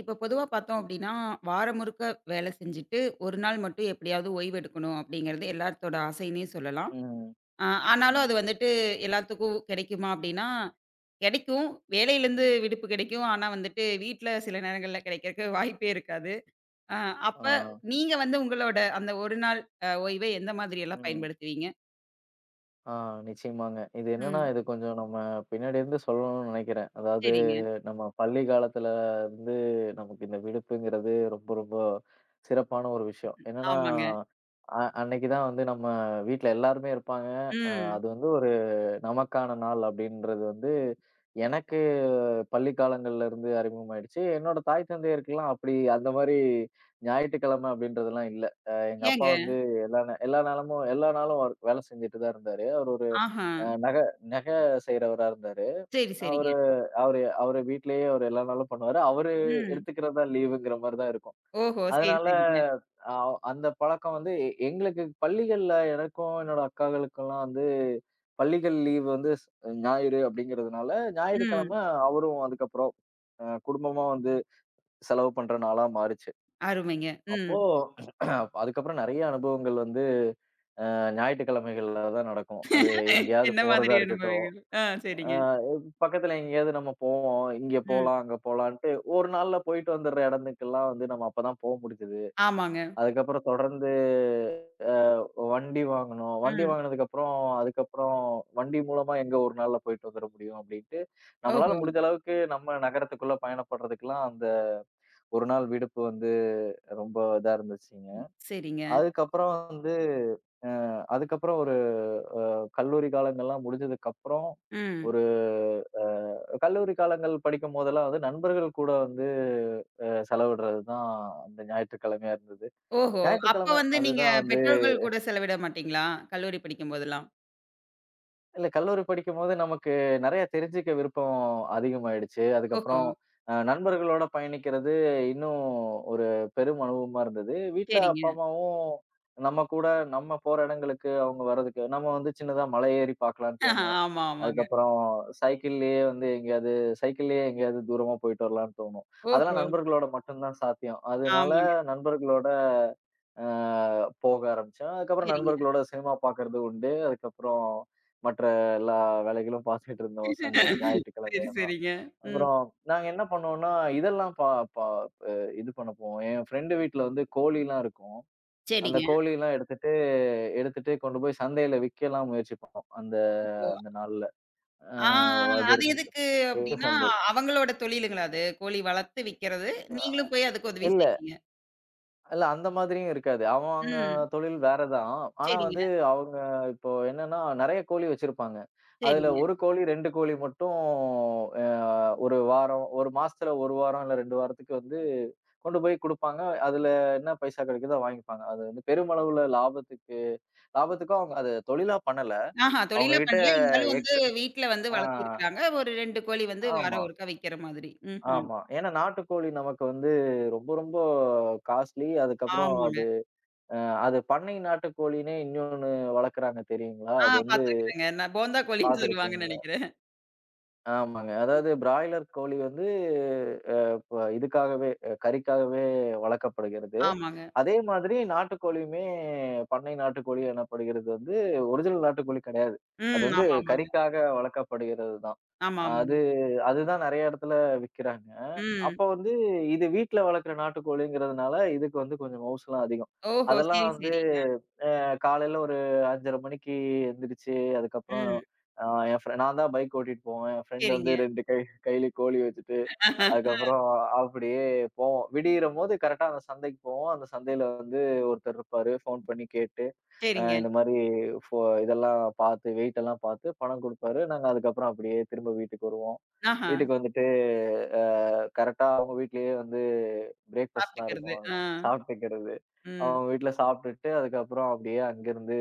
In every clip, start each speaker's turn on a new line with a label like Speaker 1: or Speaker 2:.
Speaker 1: இப்ப பொதுவா பார்த்தோம் அப்படின்னா, வாரம் முழுக்க வேலை செஞ்சுட்டு, ஒரு நாள் மட்டும் எப்படியாவது ஓய்வு எடுக்கணும் அப்படிங்கிறது எல்லாத்தோட ஆசைன்னே சொல்லலாம்.
Speaker 2: ம்.
Speaker 1: அ ஆனாலும் அது
Speaker 2: ம்.
Speaker 1: வந்துட்டு எல்லாத்துக்கும் கிடைக்குமா அப்படின்னா, கிடைக்கும். வேலையிலேருந்து
Speaker 2: ம்.
Speaker 1: விடுப்பு கிடைக்கும். ஆனா வந்துட்டு வீட்ல சில நேரங்கள்ல கிடைக்கிறக்கு வாய்ப்பே இருக்காது. அ அப்ப
Speaker 2: ஆ.
Speaker 1: நீங்க வந்து உங்களோட அந்த ஒரு நாள் ஓய்வை எந்த மாதிரி எல்லாம்
Speaker 2: ம்.
Speaker 1: பயன்படுத்துவீங்க?
Speaker 2: ஆ நிச்சயமாங்க. இது என்னன்னா,
Speaker 1: ம்.
Speaker 2: இது கொஞ்சம் நம்ம பின்னாடி இருந்து சொல்லணும்னு நினைக்கிறேன். அதாவது
Speaker 1: சரிங்க.
Speaker 2: நம்ம பள்ளி காலத்துல இருந்து நமக்கு இந்த விடுப்புங்கிறது ரொம்ப, ரொம்ப சிறப்பான ஒரு விஷயம். என்னன்னா,
Speaker 1: ஆமாங்க.
Speaker 2: அன்னைக்கு தான் வந்து நம்ம வீட்ல எல்லாருமே இருப்பாங்க.
Speaker 1: ம்.
Speaker 2: அது வந்து ஒரு நமக்கான நாள் அப்படின்றது வந்து எனக்கு பள்ளி காலங்கள்ல இருந்து அறிமுகமாயிடுச்சு. என்னோட தாய் தந்தையருக்கெல்லாம் அப்படி அந்த மாரி ஞாயிற்றுக்கிழமை அப்படின்றதெல்லாம் இல்ல. எங்க அப்பா
Speaker 1: ஏங்க?
Speaker 2: வந்து எல்லா நாளமும் எல்லா நாளும் அவர் வேலை செஞ்சுட்டு தான் இருந்தாரு. அவர் ஒரு
Speaker 1: ஆஹா.
Speaker 2: நகை நகை செய்றவரா இருந்தாரு.
Speaker 1: சரி, சரிங்க.
Speaker 2: அவரு அவரு அவரு வீட்லயே அவரு எல்லா நாளும் பண்ணுவாரு. அவரு
Speaker 1: ம்.
Speaker 2: எடுத்துக்கிறதா லீவுங்கிற மாரி தான் இருக்கும்.
Speaker 1: ஓஹோ! சரி,
Speaker 2: அதனால
Speaker 1: சரிங்க.
Speaker 2: அ அந்த பழக்கம் வந்து எங்களுக்கு பள்ளிகள்ல எனக்கும் என்னோட அக்காகளுக்கெல்லாம் வந்து பள்ளிகள் லீவ் வந்து ஞாயிறு அப்படிங்கிறதுனால,
Speaker 1: ம்.
Speaker 2: ஞாயிற்றுக்கிழமை அவரும் அதுக்கப்புறம் குடும்பமா வந்து செலவு பண்ற நாளா மாறுச்சு.
Speaker 1: அருமைங்க.
Speaker 2: அப்போ
Speaker 1: ம்.
Speaker 2: அதுக்கப்புறம் நெறைய அனுபவங்கள் வந்து ஞாயிற்றுக்கிழமைகள்ல தான் நடக்கும். அது எங்கேயாவது
Speaker 1: என்ன மாதிரி
Speaker 2: போறதா இருக்கட்டும்,
Speaker 1: அனுபவங்கள்? ஆ
Speaker 2: அ
Speaker 1: சரிங்க.
Speaker 2: பக்கத்துல எங்கேயாவது நம்ம போவோம். இங்க
Speaker 1: ம்.
Speaker 2: போலாம், அங்க போலான்ட்டு ஒரு நாள்ல போயிட்டு வந்துடுற இடத்துக்கெல்லாம் வந்து நம்ம அப்பதான் போ முடிஞ்சது.
Speaker 1: ஆமாங்க.
Speaker 2: அதுக்கப்புறம் தொடர்ந்து அ வண்டி வாங்குனோம். வண்டி
Speaker 1: ம்.
Speaker 2: வாங்குனதுக்கப்புறம், அதுக்கப்புறம் வண்டி மூலமா எங்க ஒரு நாள்ல போயிட்டு வந்துர முடியும் அப்டின்ட்டு, நம்மளால
Speaker 1: ஓஹோ!
Speaker 2: முடிஞ்ச அளவுக்கு நம்ம நகரத்துக்குள்ள பயணப்படுறதுக்கெல்லாம் அந்த 1 நாள் விடுப்பு வந்து ரொம்ப இதா இருந்துச்சுங்க.
Speaker 1: சரிங்க.
Speaker 2: அதுக்கப்புறம் வந்து அ அதுக்கப்புறம் ஒரு அ கல்லூரி காலங்கள்லாம் முடிஞ்சதுக்கப்புறம்,
Speaker 1: ம்.
Speaker 2: ஒரு அ கல்லூரி காலங்கள் படிக்கும்போதெல்லாம் வந்து நண்பர்கள் கூட வந்து செலவிடுறது தான் அந்த ஞாயிற்றுக்கிழமையா இருந்தது.
Speaker 1: ஓஹோ! அப்ப
Speaker 2: ஞாயிற்றுக்கிழமை
Speaker 1: வந்து நீங்க
Speaker 2: அதுதான்.
Speaker 1: பெற்றோர்கள் கூட செலவிட மாட்டீங்களா? கல்லூரி படிக்கும்போதெல்லாம்?
Speaker 2: இல்ல கல்லூரி படிக்கும்போது நமக்கு நெறைய தெரிஞ்சுக்க விருப்பம் அதிகமாயிடுச்சு.
Speaker 1: ஓஹோ!
Speaker 2: அதுக்கப்புறம் நண்பர்களோட பயணிக்கிறது இன்னும் ஒரு பெரும் அனுபவமா இருந்தது. வீட்ல
Speaker 1: சரிங்க.
Speaker 2: அப்பா, அம்மாவும் நம்ம கூட நம்ம போற இடங்களுக்கு அவங்க வர்றதுக்கு நம்ம வந்து சின்னதா மலை ஏறி பார்க்கலான்னு தோணும்.
Speaker 1: ஆமா, ஆமாங்க.
Speaker 2: அதுக்கப்புறம் சைக்கிள்லயே வந்து எங்கேயாவது சைக்கிள்லயே எங்கேயாவது தூரமா போயிட்டு வரலான்னு தோணும்.
Speaker 1: ஓஹோ!
Speaker 2: அதெல்லாம் நண்பர்களோட மட்டும் தான் சாத்தியம். அதனால
Speaker 1: ஆமாங்க.
Speaker 2: நண்பர்களோட அ போக ஆரம்பிச்சேன். அதுக்கப்புறம்
Speaker 1: சரிங்க.
Speaker 2: நண்பர்களோட சினிமா பார்க்கறது உண்டு. அதுக்கப்புறம் மற்ற எல்லா வேலைகளும் பார்த்துட்டு இருந்தோம் சனி ஞாயிற்றுக்கிழமை
Speaker 1: சரி,
Speaker 2: ஆனா.
Speaker 1: சரிங்க. ம்.
Speaker 2: அப்புறம் நாங்க என்ன பண்ணுவோம்னா, இதெல்லாம் பா பா இது பண்ண போவோம். என் ஃப்ரெண்டு வீட்ல வந்து கோழிலாம் இருக்கும். அந்த
Speaker 1: சரிங்க.
Speaker 2: கோழிலாம் எடுத்துட்டு எடுத்துட்டு கொண்டு போய் சந்தையில விக்கலாம் முயற்சி பண்ணோம். அந்த
Speaker 1: ஓஹோ!
Speaker 2: அந்த நாள்ல. அ
Speaker 1: ஆ
Speaker 2: அது
Speaker 1: அது
Speaker 2: ஒரு
Speaker 1: எதுக்கு
Speaker 2: பெரிய
Speaker 1: அப்டின்னா,
Speaker 2: சந்தை.
Speaker 1: அவங்களோட தொழிலுங்களா அது? கோழி வளர்த்து விக்கிறது.
Speaker 2: அ
Speaker 1: நீங்களும் போய் அதுக்கு உதவி
Speaker 2: இல்ல
Speaker 1: செய்வீங்க.
Speaker 2: இல்ல அந்த மாதிரியும் இருக்காது. அவங்க
Speaker 1: ம்.
Speaker 2: தொழில் வேற தான். ஆனா
Speaker 1: சரிங்க,
Speaker 2: வந்து அவங்க இப்போ என்னன்னா, நெறைய கோழி வச்சிருப்பாங்க. அதுல
Speaker 1: சரிங்க.
Speaker 2: 1 கோழி, 2 கோழி மட்டும் 1 வாரம் 1 மாசத்துல 1 வாரம் இல்ல 2 வாரத்துக்கு வந்து கொண்டு போய் குடுப்பாங்க. அதுல என்ன பைசா கிடைக்குதோ அத வாங்கிப்பாங்க. அது வந்து பெருமளவுல லாபத்துக்கும் அவங்க அத தொழிலா பண்ணல.
Speaker 1: ஆஹா!
Speaker 2: அவங்க
Speaker 1: தொழிலா
Speaker 2: கிட்ட
Speaker 1: பண்ணல. இருந்தாலும் வந்து
Speaker 2: எக்ஸ்
Speaker 1: வீட்ல வந்து
Speaker 2: ஆ
Speaker 1: வளர்த்திருக்கிறாங்க. ஒரு 2 கோழி வந்து
Speaker 2: ஆமா,
Speaker 1: வாரம் ஒருக்கா விக்கிற மாதிரி. ம்ஹ்ம்.
Speaker 2: ஆமா. ஏன்னா நாட்டுக்கோழி நமக்கு வந்து ரொம்ப ரொம்ப காஸ்ட்லி. அதுக்கப்புறம்
Speaker 1: ஆமாங்க.
Speaker 2: அ அது பண்ணை நாட்டுக்கோழின்னே இன்னொன்னு வளர்க்குறாங்க தெரியுங்களா?
Speaker 1: ஆ
Speaker 2: அது வந்து
Speaker 1: பார்த்துருக்குறேங்க. நான் போந்தா கோழின்னு சொல்லுவாங்கன்னு
Speaker 2: பார்த்துருக்கீங்களா?
Speaker 1: நெனைக்கிறேன்.
Speaker 2: ஆமாங்க. அதாவது பிராய்லர் கோழி வந்து இப்ப இதுக்காகவே கறிக்காகவே வளர்க்கப்படுகிறது.
Speaker 1: ஆமாங்க.
Speaker 2: அதே மாதிரி நாட்டுக்கோழியுமே பண்ணை நாட்டுக்கோழி எனப்படுகிறது வந்து ஒரிஜினல் நாட்டுக்கோழி கிடையாது. அது
Speaker 1: ம்.
Speaker 2: வந்து
Speaker 1: ஆமா, ஆமாங்க.
Speaker 2: கறிக்காக வளர்க்கப்படுகிறது தான்.
Speaker 1: ஆமா, ஆமாங்க.
Speaker 2: அது அதுதான் நெறைய இடத்துல விக்கிறாங்க.
Speaker 1: ம்.
Speaker 2: அப்ப வந்து இது வீட்ல வளர்க்குற நாட்டுக்கோழிங்கிறதுனால இதுக்கு வந்து கொஞ்சம் மவுசுலாம் அதிகம்.
Speaker 1: ஓஹோ!
Speaker 2: அதெல்லாம்
Speaker 1: சரி,
Speaker 2: வந்து
Speaker 1: சரிங்க.
Speaker 2: காலையில ஒரு 5:30 மணிக்கு எந்திரிச்சு, அதுக்கப்புறம்
Speaker 1: ம்.
Speaker 2: அ என் ஃப்ரெ நான் தான் பைக் ஓட்டிட்டு போவேன். என் ஃப்ரெண்ட்
Speaker 1: சரிங்க.
Speaker 2: வந்து 2 கையில கோழி வச்சுட்டு, அதுக்கப்புறம் அப்படியே போவோம். விடியறம்போது கரெக்ட்டா அந்த சந்தைக்கு போவோம். அந்த சந்தையில வந்து ஒருத்தர் இருப்பாரு. ஃபோன் பண்ணி கேட்டு,
Speaker 1: சரிங்க.
Speaker 2: இந்த மாரி ஃபோ இதெல்லாம் பார்த்து, வெயிட் எல்லாம் பார்த்து பணம் குடுப்பாரு. நாங்க அதுக்கப்புறம் அப்படியே திரும்ப வீட்டுக்கு வருவோம்.
Speaker 1: ஆஹா!
Speaker 2: வீட்டுக்கு வந்துட்டு, அ கரெக்ட்டா அவங்க வீட்லயே வந்து பிரேக்ஃபாஸ்ட்லாம்
Speaker 1: சாப்பிட்டுக்கிறது.
Speaker 2: இருக்கும்.
Speaker 1: ஆ.
Speaker 2: சாப்பிட்டுக்கிறது.
Speaker 1: ம்.
Speaker 2: அவங்க வீட்ல சாப்பிட்டுட்டு, அதுக்கப்புறம் அப்படியே அங்கிருந்து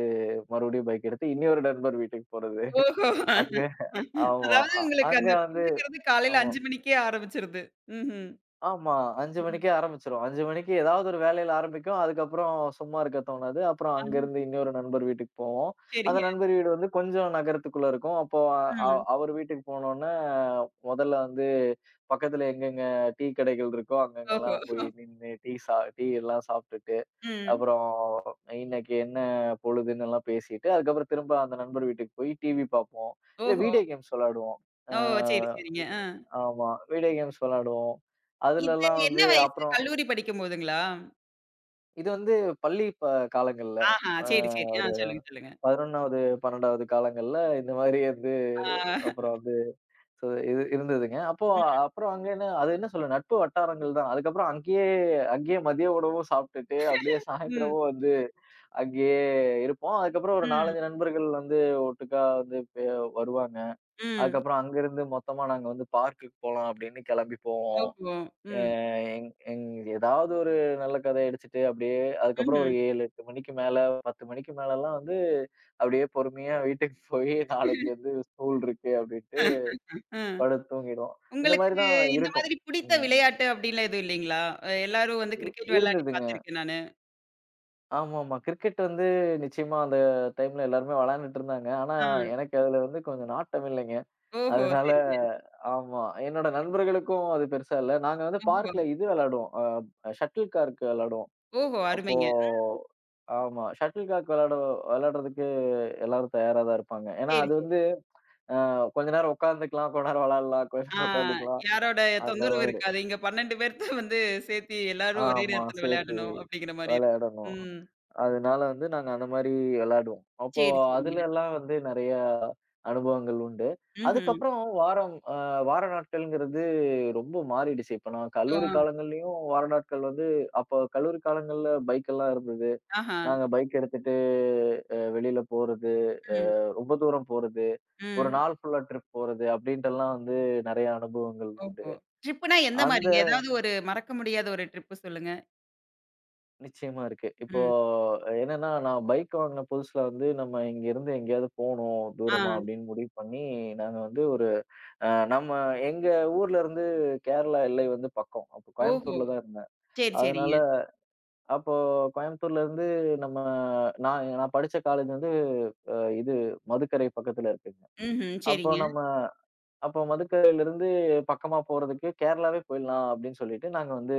Speaker 2: மறுபடியும் பைக் எடுத்து இன்னொரு நண்பர் வீட்டுக்கு போறது.
Speaker 1: ஓஹோ!
Speaker 2: அங்க ஆமா.
Speaker 1: அதாவது உங்களுக்கு
Speaker 2: அங்க
Speaker 1: அந்த
Speaker 2: வந்து
Speaker 1: பொழுதுங்கிறது காலையில
Speaker 2: ஆமா.
Speaker 1: 5 மணிக்கே ஆரம்பிச்சுருது. ம்ஹ்ம்.
Speaker 2: ஆமா. 5
Speaker 1: ம்.
Speaker 2: மணிக்கே ஆரம்பிச்சுரும். 5 மணிக்கு ஏதாவது ஒரு வேலையில ஆரம்பிக்கும். அதுக்கப்புறம் சும்மா இருக்க தோணாது. அப்புறம்
Speaker 1: ஆஹ.
Speaker 2: அங்கருந்து இன்னொரு நண்பர் வீட்டுக்கு போவோம். அந்த
Speaker 1: சரிங்க.
Speaker 2: நண்பர் வீடு வந்து கொஞ்சம் நகரத்துக்குள்ள இருக்கும். அப்போ
Speaker 1: ம்.
Speaker 2: அவர் வீட்டுக்கு போனோனே, முதல்ல வந்து பக்கத்துல எங்கெங்க டீ கடைகள் இருக்கோ, அங்கங்கலாம் போய்
Speaker 1: ஓஹோ!
Speaker 2: நின்னு டீ டீ எல்லாம் சாப்ட்டுட்டு
Speaker 1: ம்.
Speaker 2: அப்புறம் இன்னைக்கு என்ன பொழுதுன்னு எல்லாம் பேசிட்டு, அதுக்கப்புறம் திரும்ப அந்த நண்பர் வீட்டுக்கு போய் டிவி பார்ப்போம். இல்ல
Speaker 1: ஓஹோ!
Speaker 2: வீடியோ கேம்ஸ் விளையாடுவோம். அ
Speaker 1: ஓ! சரி, சரிங்க. ஆ.
Speaker 2: ஆமா. வீடியோ கேம்ஸ் விளையாடுவோம்.
Speaker 1: இது
Speaker 2: அதுலலாம்
Speaker 1: என்ன
Speaker 2: வந்து
Speaker 1: வயசு?
Speaker 2: அப்புறம்
Speaker 1: கல்லூரி படிக்கும்போதுங்களா?
Speaker 2: இது வந்து பள்ளி ப காலங்கள்ல.
Speaker 1: ஆஹா.
Speaker 2: அ
Speaker 1: சரி, சரி. ஆ
Speaker 2: ஒரு
Speaker 1: சொல்லுங்க, சொல்லுங்க.
Speaker 2: 11வது, 12வது காலங்கள்ல இந்த மாரி வந்து
Speaker 1: ஆ.
Speaker 2: அப்புறம் வந்து சோ இது இருந்ததுங்க. அப்போ
Speaker 1: ம்,
Speaker 2: அப்புறம் அங்க என்ன அது என்ன சொல்ல நட்பு வட்டாரங்கள் தான். அதுக்கப்புறம் அங்கேயே அங்கேயே மதிய உணவும் சாப்பிட்டுட்டு, அப்படியே
Speaker 1: ம்,
Speaker 2: சாயந்தரமும் வந்து அங்கேயே இருப்போம். அதுக்கப்புறம் ஒரு 4,
Speaker 1: ம்,
Speaker 2: 5 நண்பர்கள் வந்து ஒட்டுக்கா வந்து பே வருவாங்க.
Speaker 1: ம்.
Speaker 2: அதுக்கப்புறம் அங்கருந்து மொத்தமா நாங்க வந்து பார்க்குக்கு போலாம் அப்படின்னு கிளம்பி போவோம்.
Speaker 1: ஓஹோ!
Speaker 2: அ
Speaker 1: ம்,
Speaker 2: எங் எங் ஏதாவது ஒரு நல்ல கதை அடிச்சுட்டு அப்படியே அதுக்கப்புறம்
Speaker 1: ம்ஹ்ம்.
Speaker 2: ஒரு 7, 8 மணிக்கு மேல 10 மணிக்கு மேலலாம் வந்து அப்படியே பொறுமையா வீட்டுக்கு போய் நாளைக்கு வந்து ஸ்கூல் இருக்கு அப்படின்ட்டு
Speaker 1: ஆ.
Speaker 2: படுத்து தூங்கிடுவோம். இந்த
Speaker 1: உங்களுக்கு
Speaker 2: மாரி தான்
Speaker 1: இந்த
Speaker 2: இருக்கும்.
Speaker 1: மாதிரி பிடித்த
Speaker 2: ம்.
Speaker 1: விளையாட்டு அப்டின்லாம் எதுவும் இல்லைங்களா? எல்லாரும் வந்து
Speaker 2: இ
Speaker 1: கிரிக்கெட் விளையாடி
Speaker 2: இருந்ததுங்க.
Speaker 1: பார்த்துருக்கேன் நானு.
Speaker 2: ஆமாமா. கிரிக்கெட் வந்து நிச்சயமா அந்த டைம்ல எல்லாருமே விளையாண்டுட்டு இருந்தாங்க. ஆனா,
Speaker 1: ஆ.
Speaker 2: எனக்கு அதுல வந்து கொஞ்சம் நாட்டம் இல்லைங்க.
Speaker 1: ஓஹோ!
Speaker 2: அதனால
Speaker 1: சரிங்க.
Speaker 2: ஆமா. என்னோட நண்பர்களுக்கும் அது பெருசா இல்ல. நாங்க வந்து
Speaker 1: ஓஹோ!
Speaker 2: பார்க்ல இது விளையாடுவோம். ஷட்டில் கார்க் விளையாடுவோம்.
Speaker 1: ஓஹோ!
Speaker 2: அப்போ
Speaker 1: அருமைங்க.
Speaker 2: ஆமா. ஷட்டில் கார்க் விளையாட விளையாடுறதுக்கு எல்லாரும் தயாரா தான் இருப்பாங்க. ஏன்னா,
Speaker 1: சரி,
Speaker 2: அது
Speaker 1: சரி.
Speaker 2: வந்து கொஞ்ச நேரம் உட்காந்துக்கலாம், கொஞ்ச நேரம் விளையாடலாம், கொஞ்ச
Speaker 1: ஆ
Speaker 2: நேரம் உட்காந்துக்கலாம்.
Speaker 1: யாரோட
Speaker 2: அந்த
Speaker 1: தொந்தரவு
Speaker 2: மாதிரி.
Speaker 1: இருக்காது. இங்க 12 பேர்த்த வந்து சேர்த்தி எல்லாரும் ஒரே
Speaker 2: ஆமா.
Speaker 1: நேரத்துல
Speaker 2: சேர்த்து
Speaker 1: விளையாடணும் அப்டிங்கிற மாரி இருக்கும்.
Speaker 2: விளையாடணும்.
Speaker 1: ம்.
Speaker 2: அதனால வந்து நாங்க அந்த மாரி விளையாடுவோம். அப்போ
Speaker 1: சரி, சரிங்க.
Speaker 2: அதுலலாம் வந்து நெறைய அனுபவங்கள் உண்டு.
Speaker 1: ம்ஹ்ம்.
Speaker 2: அதுக்கப்புறம் வார நாட்கள்ங்கிறது ரொம்ப மாறிடுச்சு. இப்ப நான் கல்லூரி
Speaker 1: ஆ.
Speaker 2: காலங்கள்லயும் வார நாட்கள் வந்து அப்போ கல்லூரி காலங்கள்ல பைக்கெல்லாம் இருந்தது.
Speaker 1: ஆஹா.
Speaker 2: நாங்க பைக் எடுத்துட்டு வெளியில போறது, அ
Speaker 1: ம்.
Speaker 2: ரொம்ப தூரம் போறது, ஒரு
Speaker 1: ம்.
Speaker 2: நாள் ஃபுல்லா ட்ரிப் போறது அப்படின்ட்டெல்லாம் வந்து நெறைய அனுபவங்கள் உண்டு.
Speaker 1: ஓஹோ! ட்ரிப்புனா எந்த
Speaker 2: அந்த
Speaker 1: மாரிங்க? ஏதாவது ஒரு மறக்க முடியாத ஒரு ட்ரிப்பு சொல்லுங்க.
Speaker 2: நிச்சயமா இருக்கு. இப்போ
Speaker 1: ம்.
Speaker 2: என்னன்னா, நான் பைக் வாங்குன புதுசுல வந்து, நம்ம இங்கேருந்து எங்கேயாவது போணும்
Speaker 1: ஆ.
Speaker 2: தூரமா அப்டின்னு முடிவு பண்ணி, நாங்க வந்து ஒரு அ நம்ம எங்க ஊர்ல இருந்து கேரளா எல்லை வந்து பக்கம். அப்போ
Speaker 1: ஓஹோ!
Speaker 2: கோயம்புத்தூர்ல தான் இருந்தேன்.
Speaker 1: சரி, சரிங்க.
Speaker 2: அதனால அப்போ கோயம்புத்தூர்ல இருந்து நம்ம நான் நான் படிச்ச காலேஜ் வந்து அ இது மதுக்கரை பக்கத்துல இருக்குங்க.
Speaker 1: ம்ஹ்ம்.
Speaker 2: அப்போ
Speaker 1: சரிங்க.
Speaker 2: நம்ம அப்போ மதுக்கரையிலிருந்து பக்கமா போறதுக்கு கேரளாவே போயிடலாம் அப்டின்னு சொல்லிட்டு, நாங்க வந்து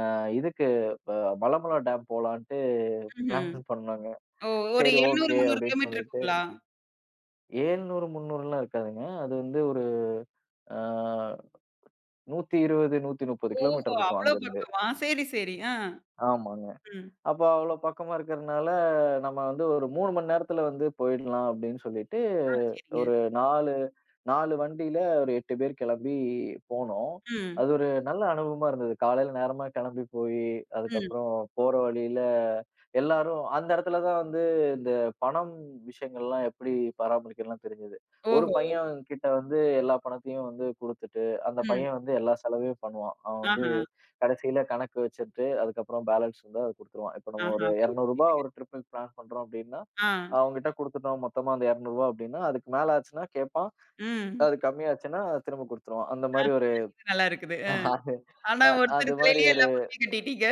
Speaker 2: இதுக்கு அ மலமல டேம் போலான்ட்டு
Speaker 1: ம்ஹ்ம்.
Speaker 2: பிளான் பண்ணோங்க.
Speaker 1: ஓ! ஒரு
Speaker 2: சரி
Speaker 1: 700,
Speaker 2: ஓகே
Speaker 1: 300
Speaker 2: அப்படின்னு
Speaker 1: கிலோமீட்டர்
Speaker 2: சொல்லிட்டு
Speaker 1: இருக்குங்களா?
Speaker 2: 700, 300லாம் இருக்காதுங்க. அது வந்து ஒரு ஆ 120, 130
Speaker 1: ஓஹோ!
Speaker 2: கிலோமீட்டர் இருக்கும்
Speaker 1: அவ்ளோ
Speaker 2: அங்கருந்து.
Speaker 1: பக்கமா? சரி, சரி. ஆ.
Speaker 2: ஆமாங்க.
Speaker 1: ம்.
Speaker 2: அப்ப அவ்ளோ பக்கமா இருக்கிறனால, நம்ம வந்து ஒரு 3 மணி நேரத்துல வந்து போயிடலாம் அப்படின்னு சொல்லிட்டு,
Speaker 1: ஆ, சரிங்க.
Speaker 2: ஒரு 4, 4 வண்டியில ஒரு 8 பேர் கிளம்பி போனோம்.
Speaker 1: ம்.
Speaker 2: அது ஒரு நல்ல அனுபவமா இருந்தது. காலையில நேரமா கிளம்பி போயி,
Speaker 1: ம்.
Speaker 2: அதுக்கப்புறம் போற வழியில எல்லாரும் அந்த இடத்துல தான் வந்து இந்த பணம் விஷயங்கள்லாம் எப்படி பராமரிக்கணும்லாம் தெரிஞ்சது. ஒரு
Speaker 1: ஓஹோ!
Speaker 2: பையன் கிட்ட வந்து எல்லா பணத்தையும் வந்து குடுத்துட்டு, அந்த
Speaker 1: ம்.
Speaker 2: பையன் வந்து எல்லா செலவையும் பண்ணுவான். அவன் வந்து
Speaker 1: ஆஹா.
Speaker 2: கடைசியில கணக்கு வச்சுட்டு, அதுக்கப்புறம் பேலன்ஸ் இருந்தா அத குடுத்துருவான். இப்ப நம்ம
Speaker 1: ஆஹா.
Speaker 2: ஒரு ரூ.
Speaker 1: புரியுது.
Speaker 2: 200 ஒரு ட்ரிப்புக்கு பிளான் பண்றோம் அப்படின்னா,
Speaker 1: ஆ.
Speaker 2: அவன்கிட்ட குடுத்துட்டோம் மொத்தமா அந்த ரூ. 200 அப்படின்னா, அதுக்கு மேல ஆச்சுன்னா கேட்பான்.
Speaker 1: ம்.
Speaker 2: அது கம்மியாச்சுன்னா திரும்ப குடுத்துருவான். அந்த மாரி ஒரு
Speaker 1: இது நல்லா இருக்குது.
Speaker 2: அது
Speaker 1: ஆனா
Speaker 2: நான் அது
Speaker 1: ஒருத்தர்
Speaker 2: மாரி
Speaker 1: தலையிலேயே
Speaker 2: ஒரு
Speaker 1: எல்லா பொறுப்பையும் கட்டிட்டீங்க.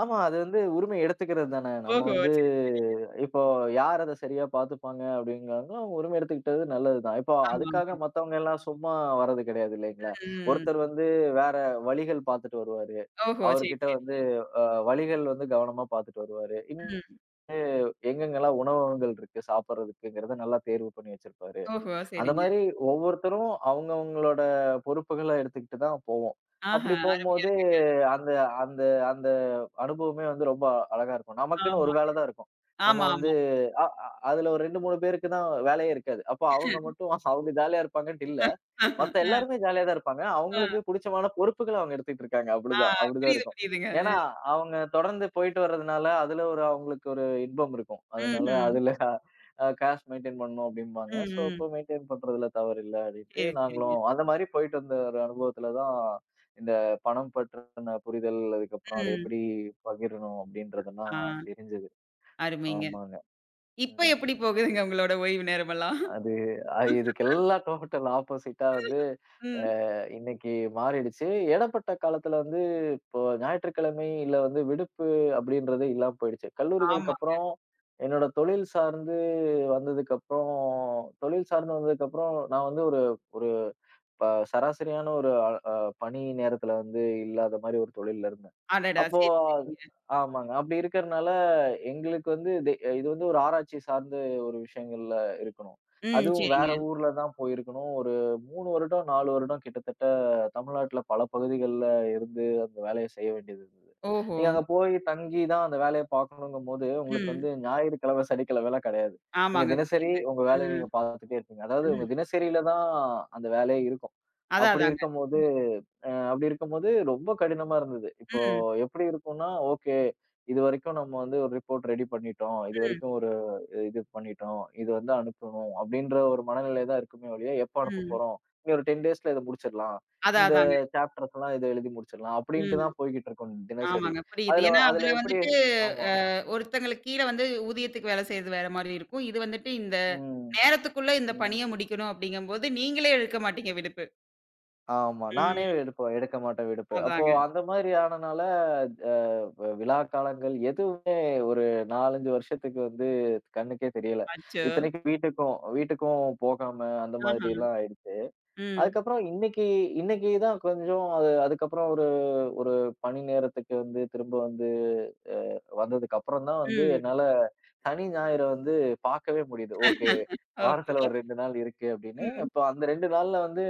Speaker 2: ஆமா. அது வந்து உரிமை எடுத்துக்கிறது தானே. நம்ம
Speaker 1: ஓஹோ!
Speaker 2: வந்து
Speaker 1: சரி.
Speaker 2: இப்போ யார் அத சரியா பார்த்துப்பாங்க அப்படிங்கிறாங்களோ, அவங்க உரிமை எடுத்துக்கிட்டது நல்லது தான். இப்போ
Speaker 1: ஆமா,
Speaker 2: அதுக்காக
Speaker 1: ஆமாங்க.
Speaker 2: மத்தவங்க எல்லாம் சும்மா வர்றது கிடையாது இல்லைங்களா?
Speaker 1: ம்.
Speaker 2: ஒருத்தர் வந்து வேற வழிகள் பார்த்துட்டு வருவாரு.
Speaker 1: ஓஹோ! சரி,
Speaker 2: அவர்கிட்ட
Speaker 1: சரி.
Speaker 2: வந்து அ வழிகள் வந்து கவனமா பார்த்துட்டு வருவாரு. இன்னும்
Speaker 1: ம்.
Speaker 2: எங்கெங்கெல்லாம் உணவகங்கள் இருக்கு சாப்பிடுறதுக்குங்கிறத நல்லா தேர்வு பண்ணி வச்சிருப்பாரு.
Speaker 1: ஓஹோ!
Speaker 2: அந்த
Speaker 1: சரிங்க.
Speaker 2: மாரி ஒவ்வொருத்தரும் அவங்கவங்களோட பொறுப்புகள எடுத்துக்கிட்டு தான் போவோம்.
Speaker 1: ஆஹா!
Speaker 2: அப்படி
Speaker 1: அருமையா
Speaker 2: போம்போது
Speaker 1: இருக்கு.
Speaker 2: அந்த அந்த அந்த அனுபவமே வந்து ரொம்ப அழகா இருக்கும். நமக்குன்னு
Speaker 1: ஆமா.
Speaker 2: ஒரு வேலை தான் இருக்கும். நம்ம
Speaker 1: ஆமா,
Speaker 2: வந்து
Speaker 1: ஆமா.
Speaker 2: அ அ அதுல ஒரு 2, 3 பேருக்கு தான் வேலையே இருக்காது. அப்போ அவங்க மட்டும் அவங்க ஜாலியா இருப்பாங்கன்ட்டு இல்ல.
Speaker 1: அ,
Speaker 2: மத்த எல்லாருமே ஜாலியா தான் இருப்பாங்க.
Speaker 1: அ,
Speaker 2: அவங்களுக்கு புடிச்சமான பொறுப்புகள அவங்க எடுத்துட்டு இருக்காங்க.
Speaker 1: ஆ
Speaker 2: அப்படிதான் அப்படிதான்
Speaker 1: புரியுது,
Speaker 2: இருக்கும்.
Speaker 1: புரியுதுங்க. அ.
Speaker 2: ஏன்னா, அவங்க தொடர்ந்து போயிட்டு வர்றதுனால, அதுல ஒரு அவங்களுக்கு ஒரு இன்பம் இருக்கும். அதனால
Speaker 1: ம்ஹ்ம்.
Speaker 2: காசு மெயின்டெயின் பண்ணணும் அப்படிம்பாங்க.
Speaker 1: ம்,
Speaker 2: ஸோ,
Speaker 1: ம்.
Speaker 2: அப்போ மெயின்டெயின் பண்றதுல தவறு இல்ல அப்படின்ட்டு
Speaker 1: சரி, சரிங்க.
Speaker 2: நாங்களும் அந்த மாரி போயிட்டு வந்த ஒரு அனுபவத்துல தான் இந்த பணம் பற்றின புரிதல், அதுக்கப்புறம் அத
Speaker 1: ம்.
Speaker 2: எப்படி பகிரணும்
Speaker 1: ஆ
Speaker 2: அப்படின்றதெல்லாம் தெரிஞ்சது.
Speaker 1: அருமைங்க.
Speaker 2: ஆமாங்க.
Speaker 1: இப்ப
Speaker 2: ம்.
Speaker 1: எப்படி போகுதுங்க உங்களோட ஓய்வு நேரமெல்லாம்?
Speaker 2: அது இதுக்கு எல்லாம் டோட்டல் ஆப்போசிட்டா வந்து
Speaker 1: ம்.
Speaker 2: இன்னைக்கு மாறிடுச்சு. இடைப்பட்ட காலத்துல வந்து இப்போ ஞாயிற்றுக்கிழமை இல்ல வந்து விடுப்பு அப்படின்றதே இல்லாம போயிடுச்சு. கல்லூரிகளுக்கு
Speaker 1: ஆமா.
Speaker 2: அப்புறம் என்னோட தொழில் சார்ந்து வந்ததுக்கப்புறம் தொழில் சார்ந்து வந்ததுக்கப்புறம் நான் வந்து ஒரு ப சராசரியான ஒரு அ அ பணி நேரத்துல வந்து இல்லாத மாரி ஒரு தொழில்ல இருந்தேன்.
Speaker 1: அடடா!
Speaker 2: அப்போ
Speaker 1: சரி,
Speaker 2: ஓ!
Speaker 1: சரிங்க.
Speaker 2: ஆமாங்க. அப்படி இருக்கறனால எங்களுக்கு வந்து இது இது வந்து ஒரு ஆராய்ச்சி சார்ந்த ஒரு விஷயங்கள்ல இருக்கணும்.
Speaker 1: ம்.
Speaker 2: அதுவும்
Speaker 1: சரிங்க.
Speaker 2: வேற ஊர்ல தான் போயிருக்கணும். ஒரு 3 வருடம், 4 வருடம் கிட்டத்தட்ட தமிழ்நாட்டுல பல பகுதிகள்ல இருந்து அந்த வேலைய செய்ய வேண்டியது இருந்தது.
Speaker 1: ஓஹோ!
Speaker 2: நீங்க அங்க போய் தங்கி தான் அந்த வேலைய பார்க்கணுங்கும்போது, உங்களுக்கு
Speaker 1: ம்.
Speaker 2: வந்து ஞாயிறுக்கிழமை, சனிக்கிழமைலாம் கிடையாது. நீங்க
Speaker 1: ஆமாங்க.
Speaker 2: தினசரி
Speaker 1: புரியுது.
Speaker 2: உங்க வேலைய
Speaker 1: ம்,
Speaker 2: நீங்க பார்த்துட்டே இருப்பீங்க. அதாவது
Speaker 1: ம்.
Speaker 2: உங்க தினசரியில தான் அந்த வேலையே இருக்கும்.
Speaker 1: அதான்,
Speaker 2: அப்படி
Speaker 1: அதாங்க.
Speaker 2: இருக்கும்போது அப்படி இருக்கும்போது ரொம்ப கடினமா இருந்தது. இப்போ
Speaker 1: ம்,
Speaker 2: எப்படி இருக்கும்னா, ஓகே. இதுவரைக்கும் நம்ம வந்து ஒரு ரிப்போர்ட் ரெடி பண்ணிட்டோம்.
Speaker 1: ம்,
Speaker 2: இதுவரைக்கும் ஒரு இது பண்ணிட்டோம். இது வந்து அனுப்பணும் அப்படின்ற ஒரு மனநிலை தான் இருக்குமே ஒழிய, எப்போ அனுப்பப்
Speaker 1: ம்.
Speaker 2: போறோம்? இனி ஒரு 10 டேஸ்ல இத முடிச்சிடலாம்.
Speaker 1: அதான்,
Speaker 2: இந்த
Speaker 1: அதாங்க.
Speaker 2: சாப்டர்ஸ்லாம் இத எழுதி முடிச்சிடலாம். அப்படின்ட்டு
Speaker 1: ம்.
Speaker 2: தான் போய்க்கிட்டு இருக்கும் தினசரி.
Speaker 1: ஆமாங்க. புரியுது.
Speaker 2: அதுல
Speaker 1: ஏன்னா
Speaker 2: அதுல
Speaker 1: அதுல
Speaker 2: எப்படி
Speaker 1: வந்துட்டு
Speaker 2: ஆமா.
Speaker 1: அ ஒருத்தங்களுக்கு கீழ வந்து ஊதியத்துக்கு வேலை செய்றது வேற மாரி இருக்கும். இது வந்துட்டு இந்த
Speaker 2: ம்.
Speaker 1: நேரத்துக்குள்ள இந்த
Speaker 2: ம்.
Speaker 1: பணிய முடிக்கணும் அப்படிங்கும்போது, நீங்களே எடுக்க மாட்டீங்க விடுப்பு.
Speaker 2: ஆமா. நானே
Speaker 1: ம்.
Speaker 2: எடுப்பேன். எடுக்க மாட்டேன் விடுப்பு. அப்போ
Speaker 1: அதாங்க.
Speaker 2: அந்த மாதிரி ஆனனால, அ விழா காலங்கள் எதுவுமே ஒரு 4, 5 வருஷத்துக்கு வந்து கண்ணுக்கே தெரியல.
Speaker 1: அச்சோ!
Speaker 2: இத்தனைக்கும் வீட்டுக்கும் வீட்டுக்கும் போகாம அந்த
Speaker 1: ஆஹா.
Speaker 2: மாதிரிலாம் ஆயிடுச்சு.
Speaker 1: ம்.
Speaker 2: அதுக்கப்புறம் இன்னைக்கு இன்னைக்கு தான் கொஞ்சம் அது அதுக்கப்புறம் ஒரு ஒரு பணி நேரத்துக்கு வந்து திரும்ப வந்து அ வந்ததுக்கு அப்புறம் தான் வந்து
Speaker 1: ம்.
Speaker 2: என்னால சனி, ஞாயிறு வந்து பார்க்கவே முடியுது. ஓகே. வாரத்துல ஒரு
Speaker 1: அப்பதான்
Speaker 2: 2 நாள் இருக்கு அப்படின்னு.
Speaker 1: ம்.
Speaker 2: இப்போ அந்த 2 நாள்ல வந்து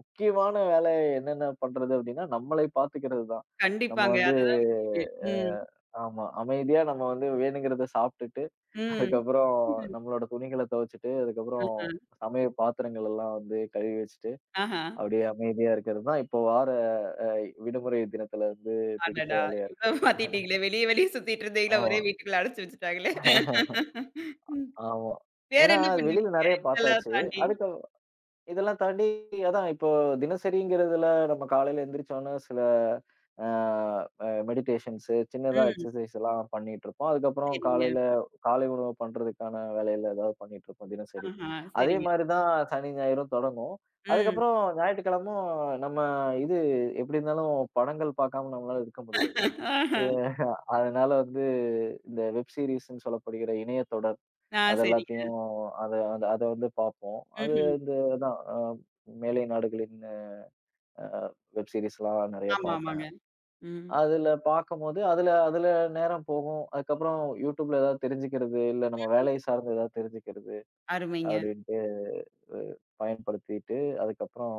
Speaker 2: முக்கியமான வேலை என்னென்ன பண்றது அப்படின்னா, நம்மளை பார்த்துக்கிறது தான். நம்ம
Speaker 1: கண்டிப்பாங்க.
Speaker 2: வந்து
Speaker 1: அதுதான் முக்கியமே.
Speaker 2: அ
Speaker 1: ம்.
Speaker 2: ஆமா. அமைதியா நம்ம வந்து வேணுங்கிறத சாப்பிட்டுட்டு,
Speaker 1: ம்.
Speaker 2: அதுக்கப்புறம்
Speaker 1: ம்.
Speaker 2: நம்மளோட துணிகள துவைச்சுட்டு, அதுக்கப்புறம் சமையல் பாத்திரங்கள் எல்லாம் வந்து கழுவி வச்சுட்டு
Speaker 1: ஆஹா.
Speaker 2: அப்படியே அமைதியா இருக்கிறது தான் இப்போ வார அ விடுமுறை தினத்துல இருந்து
Speaker 1: ஆஹா.
Speaker 2: பிடித்த
Speaker 1: அடடா!
Speaker 2: வேலையா
Speaker 1: இவ்ளோ
Speaker 2: இருக்கு.
Speaker 1: மாத்திட்டீங்களே! வெளிய வெளிய சுத்திட்டு இருந்தீங்களா, ஒரே
Speaker 2: ஆமா,
Speaker 1: வீட்டுக்குள்ள அடைச்சு வச்சுட்டாங்களே! ம்.
Speaker 2: ஆமா.
Speaker 1: வேற
Speaker 2: ஏன்னா
Speaker 1: என்ன
Speaker 2: அது வெளியில
Speaker 1: பண்ணுவீங்க?
Speaker 2: நெறைய
Speaker 1: இதெல்லாம்
Speaker 2: பார்த்தாச்சு.
Speaker 1: தாண்டி?
Speaker 2: அதுக்கு இதெல்லாம் தாண்டி அதான் இப்போ தினசரிங்கிறதுல நம்ம காலையில எந்திரிச்சோனே சில அ அ மெடிடேஷன்ஸு சின்னதா
Speaker 1: ம்.
Speaker 2: எக்சர்சைஸ் எல்லாம் பண்ணிட்டுருப்போம். அதுக்கப்புறம்
Speaker 1: சரிங்க.
Speaker 2: காலை உணவு பண்றதுக்கான வேலையில ஏதாவது பண்ணிட்டுருப்போம் தினசரி.
Speaker 1: ஆஹா,
Speaker 2: அதே
Speaker 1: சரிங்க.
Speaker 2: மாரி தான் சனி, ஞாயிறும் தொடங்கும்.
Speaker 1: ம்.
Speaker 2: அதுக்கப்புறம் ஞாயிற்றுக்கிழமும் நம்ம இது எப்படி இருந்தாலும் படங்கள் பார்க்காம நம்மளால இருக்க முடியாது.
Speaker 1: ஆஹா.
Speaker 2: எ அதனால வந்து இந்த வெப் சீரிஸ்ன்னு சொல்லப்படுகிற இணையத்தொடர்
Speaker 1: ஆ
Speaker 2: அது
Speaker 1: சரிங்க.
Speaker 2: எல்லாத்தையும் அத அத அத வந்து பார்ப்போம். அது
Speaker 1: ம்ஹ்ம்.
Speaker 2: இந்த அதான் மேலை நாடுகளின் அ வெப் சீரிஸ்லாம் நெறைய
Speaker 1: ஆமா,
Speaker 2: பார்ப்பேன்.
Speaker 1: ஆமாங்க. ம்.
Speaker 2: அதுல பார்க்கும்போது அதுல அதுல நேரம் போகும். அதுக்கப்புறம் YouTubeல ஏதாவது தெரிஞ்சுக்கிறது, இல்ல நம்ம வேலை சார்ந்து ஏதாவது தெரிஞ்சுக்கிறது
Speaker 1: அருமைங்க.
Speaker 2: அப்படின்ட்டு அ பயன்படுத்திட்டு, அதுக்கப்புறம்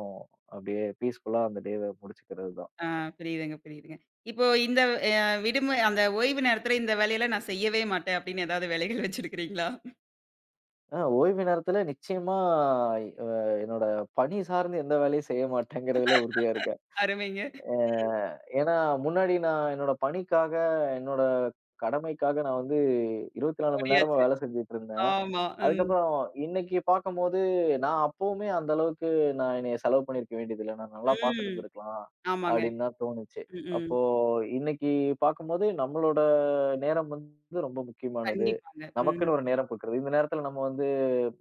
Speaker 2: அப்படியே பீஸ்ஃபுல்லா அந்த டேவ முடிச்சுக்கிறது தான்.
Speaker 1: ஆ புரியுதுங்க, புரியுதுங்க. இப்போ இந்த அ விடுமுறை அந்த ஓய்வு நேரத்தில இந்த வேலையெல்லாம் நான் செய்யவே மாட்டேன் அப்படின்னு ஏதாவது வேலைகள் வச்சிருக்கிறீங்களா?
Speaker 2: ஓய்வு நேரத்துல நிச்சயமா அ என்னோட பணி சார்ந்து எந்த வேலையும் செய்ய மாட்டேங்கிறதுல உறுதியா இருக்கேன்.
Speaker 1: அருமைங்க.
Speaker 2: அ ஏன்னா முன்னாடி நான் என்னோட பணிக்காக, என்னோட கடமைக்காக நான் வந்து 24 மணி நேரமும்
Speaker 1: ஓடியாச்சு.
Speaker 2: வேலை செஞ்சுட்டு இருந்தேன்.
Speaker 1: ஆமா. ம்.
Speaker 2: அதுக்கப்புறம் இன்னைக்கு பார்க்கும்போது, நான் அப்பவுமே அந்த அளவுக்கு நான் என்னைய செலவு பண்ணியிருக்க வேண்டியதில்ல. நான் நல்லா பார்த்துட்டு
Speaker 1: ம்.
Speaker 2: இருந்திருக்கலாம்
Speaker 1: ஆமாங்க.
Speaker 2: அப்படின்னு தான் தோணுச்சு.
Speaker 1: ம், ம்.
Speaker 2: அப்போ இன்னைக்கு பார்க்கும்போது, நம்மளோட நேரம் வந்து ரொம்ப முக்கியமானது.
Speaker 1: கண்டிப்பாங்க. ம், ம்,
Speaker 2: நமக்குன்னு ஒரு நேரம் குடுக்கிறது. இந்த நேரத்துல நம்ம வந்து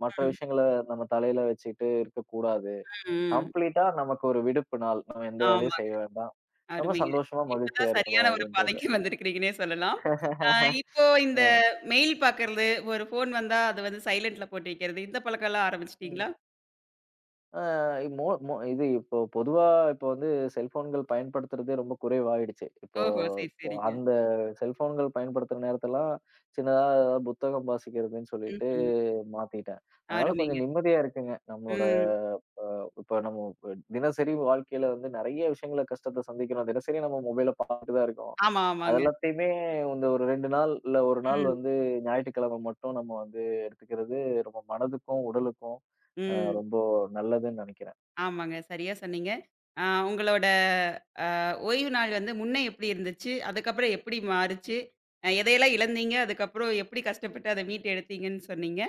Speaker 2: மற்ற
Speaker 1: ம்,
Speaker 2: விஷயங்கள நம்ம தலையில வச்சுக்கிட்டு இருக்கக்கூடாது.
Speaker 1: ம்.
Speaker 2: கம்ப்ளீட்டா நமக்கு ஒரு விடுப்பு நாள். நம்ம எந்த
Speaker 1: ஆமா.
Speaker 2: வேலையும் செய்ய வேண்டாம். நம்ம
Speaker 1: அருமைங்க.
Speaker 2: சந்தோஷமா,
Speaker 1: இப்பதான்
Speaker 2: மகிழ்ச்சியா
Speaker 1: சரியான
Speaker 2: இருக்கணும்
Speaker 1: ஒரு
Speaker 2: அப்படின்றது.
Speaker 1: பாதைக்கு வந்திருக்கிறீங்கன்னே சொல்லலாம். அ இப்போ இந்த மெயில் பாக்கறது, ஒரு ஃபோன் வந்தா அத வந்து சைலன்ட்ல போட்டு வைக்கிறது, இந்த பழக்கம்லாம்
Speaker 2: ம்.
Speaker 1: ஆரம்பிச்சுட்டீங்களா?
Speaker 2: ஆ மோ மோ இது இப்போ பொதுவா இப்போ வந்து செல்போன்கள் பயன்படுத்துறதே ரொம்ப குறைவாயிடுச்சு. இப்போ
Speaker 1: ஓஹோ! சரி,
Speaker 2: இப்போ
Speaker 1: சரிங்க.
Speaker 2: அந்த செல்போன்கள் பயன்படுத்துற நேரத்தெல்லாம் சின்னதா ஏதாவது புத்தகம் வாசிக்கிறதுன்னு சொல்லிட்டு
Speaker 1: ம்ஹ்ம்.
Speaker 2: மாத்திட்டேன். அதனால
Speaker 1: அருமைங்க.
Speaker 2: கொஞ்சம் நிம்மதியா இருக்குங்க. நம்மளோட
Speaker 1: ம்.
Speaker 2: இப்ப தினசரி வாழ்க்கையில வந்து நெறைய விஷயங்கள கஷ்டத்த சந்திக்கிறோம். தினசரி நம்ம மொபைல பார்த்துட்டு தான் இருக்கோம்.
Speaker 1: ஆமா,
Speaker 2: அது
Speaker 1: ஆமாங்க.
Speaker 2: எல்லாத்தையுமே இந்த ஒரு 2 நாள் இல்ல 1 நாள்
Speaker 1: ம்,
Speaker 2: வந்து ஞாயிற்றுக்கிழமை மட்டும் நம்ம வந்து எடுத்துக்கிறது ரொம்ப மனதுக்கும், உடலுக்கும்
Speaker 1: ம்.
Speaker 2: ரொம்ப நல்லதுன்னு நெனைக்கிறேன்.
Speaker 1: ஆமாங்க. சரியா சொன்னீங்க. அ உங்களோட ஓய்வு நாள் வந்து முன்ன எப்படி இருந்துச்சு? அதுக்கப்புறம் எப்படி மாறுச்சு? எதையெல்லாம் இழந்தீங்க? அதுக்கப்புறம் எப்படி கஷ்டப்பட்டு அத மீட்டு எடுத்தீங்கன்னு சொன்னீங்க.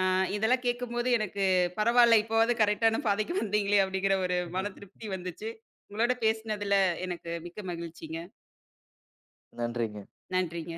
Speaker 1: ஆ இதெல்லாம் கேட்கும்போது எனக்கு பரவால்ல. இப்போவாவது கரெக்ட்டான பாதைக்கு வந்தீங்களே! அப்படிங்கிற ஒரு மன திருப்தி வந்துச்சு. உங்களோட பேசினதுல எனக்கு மிக்க மகிழ்ச்சிங்க.
Speaker 2: நன்றிங்க.
Speaker 1: நன்றிங்க.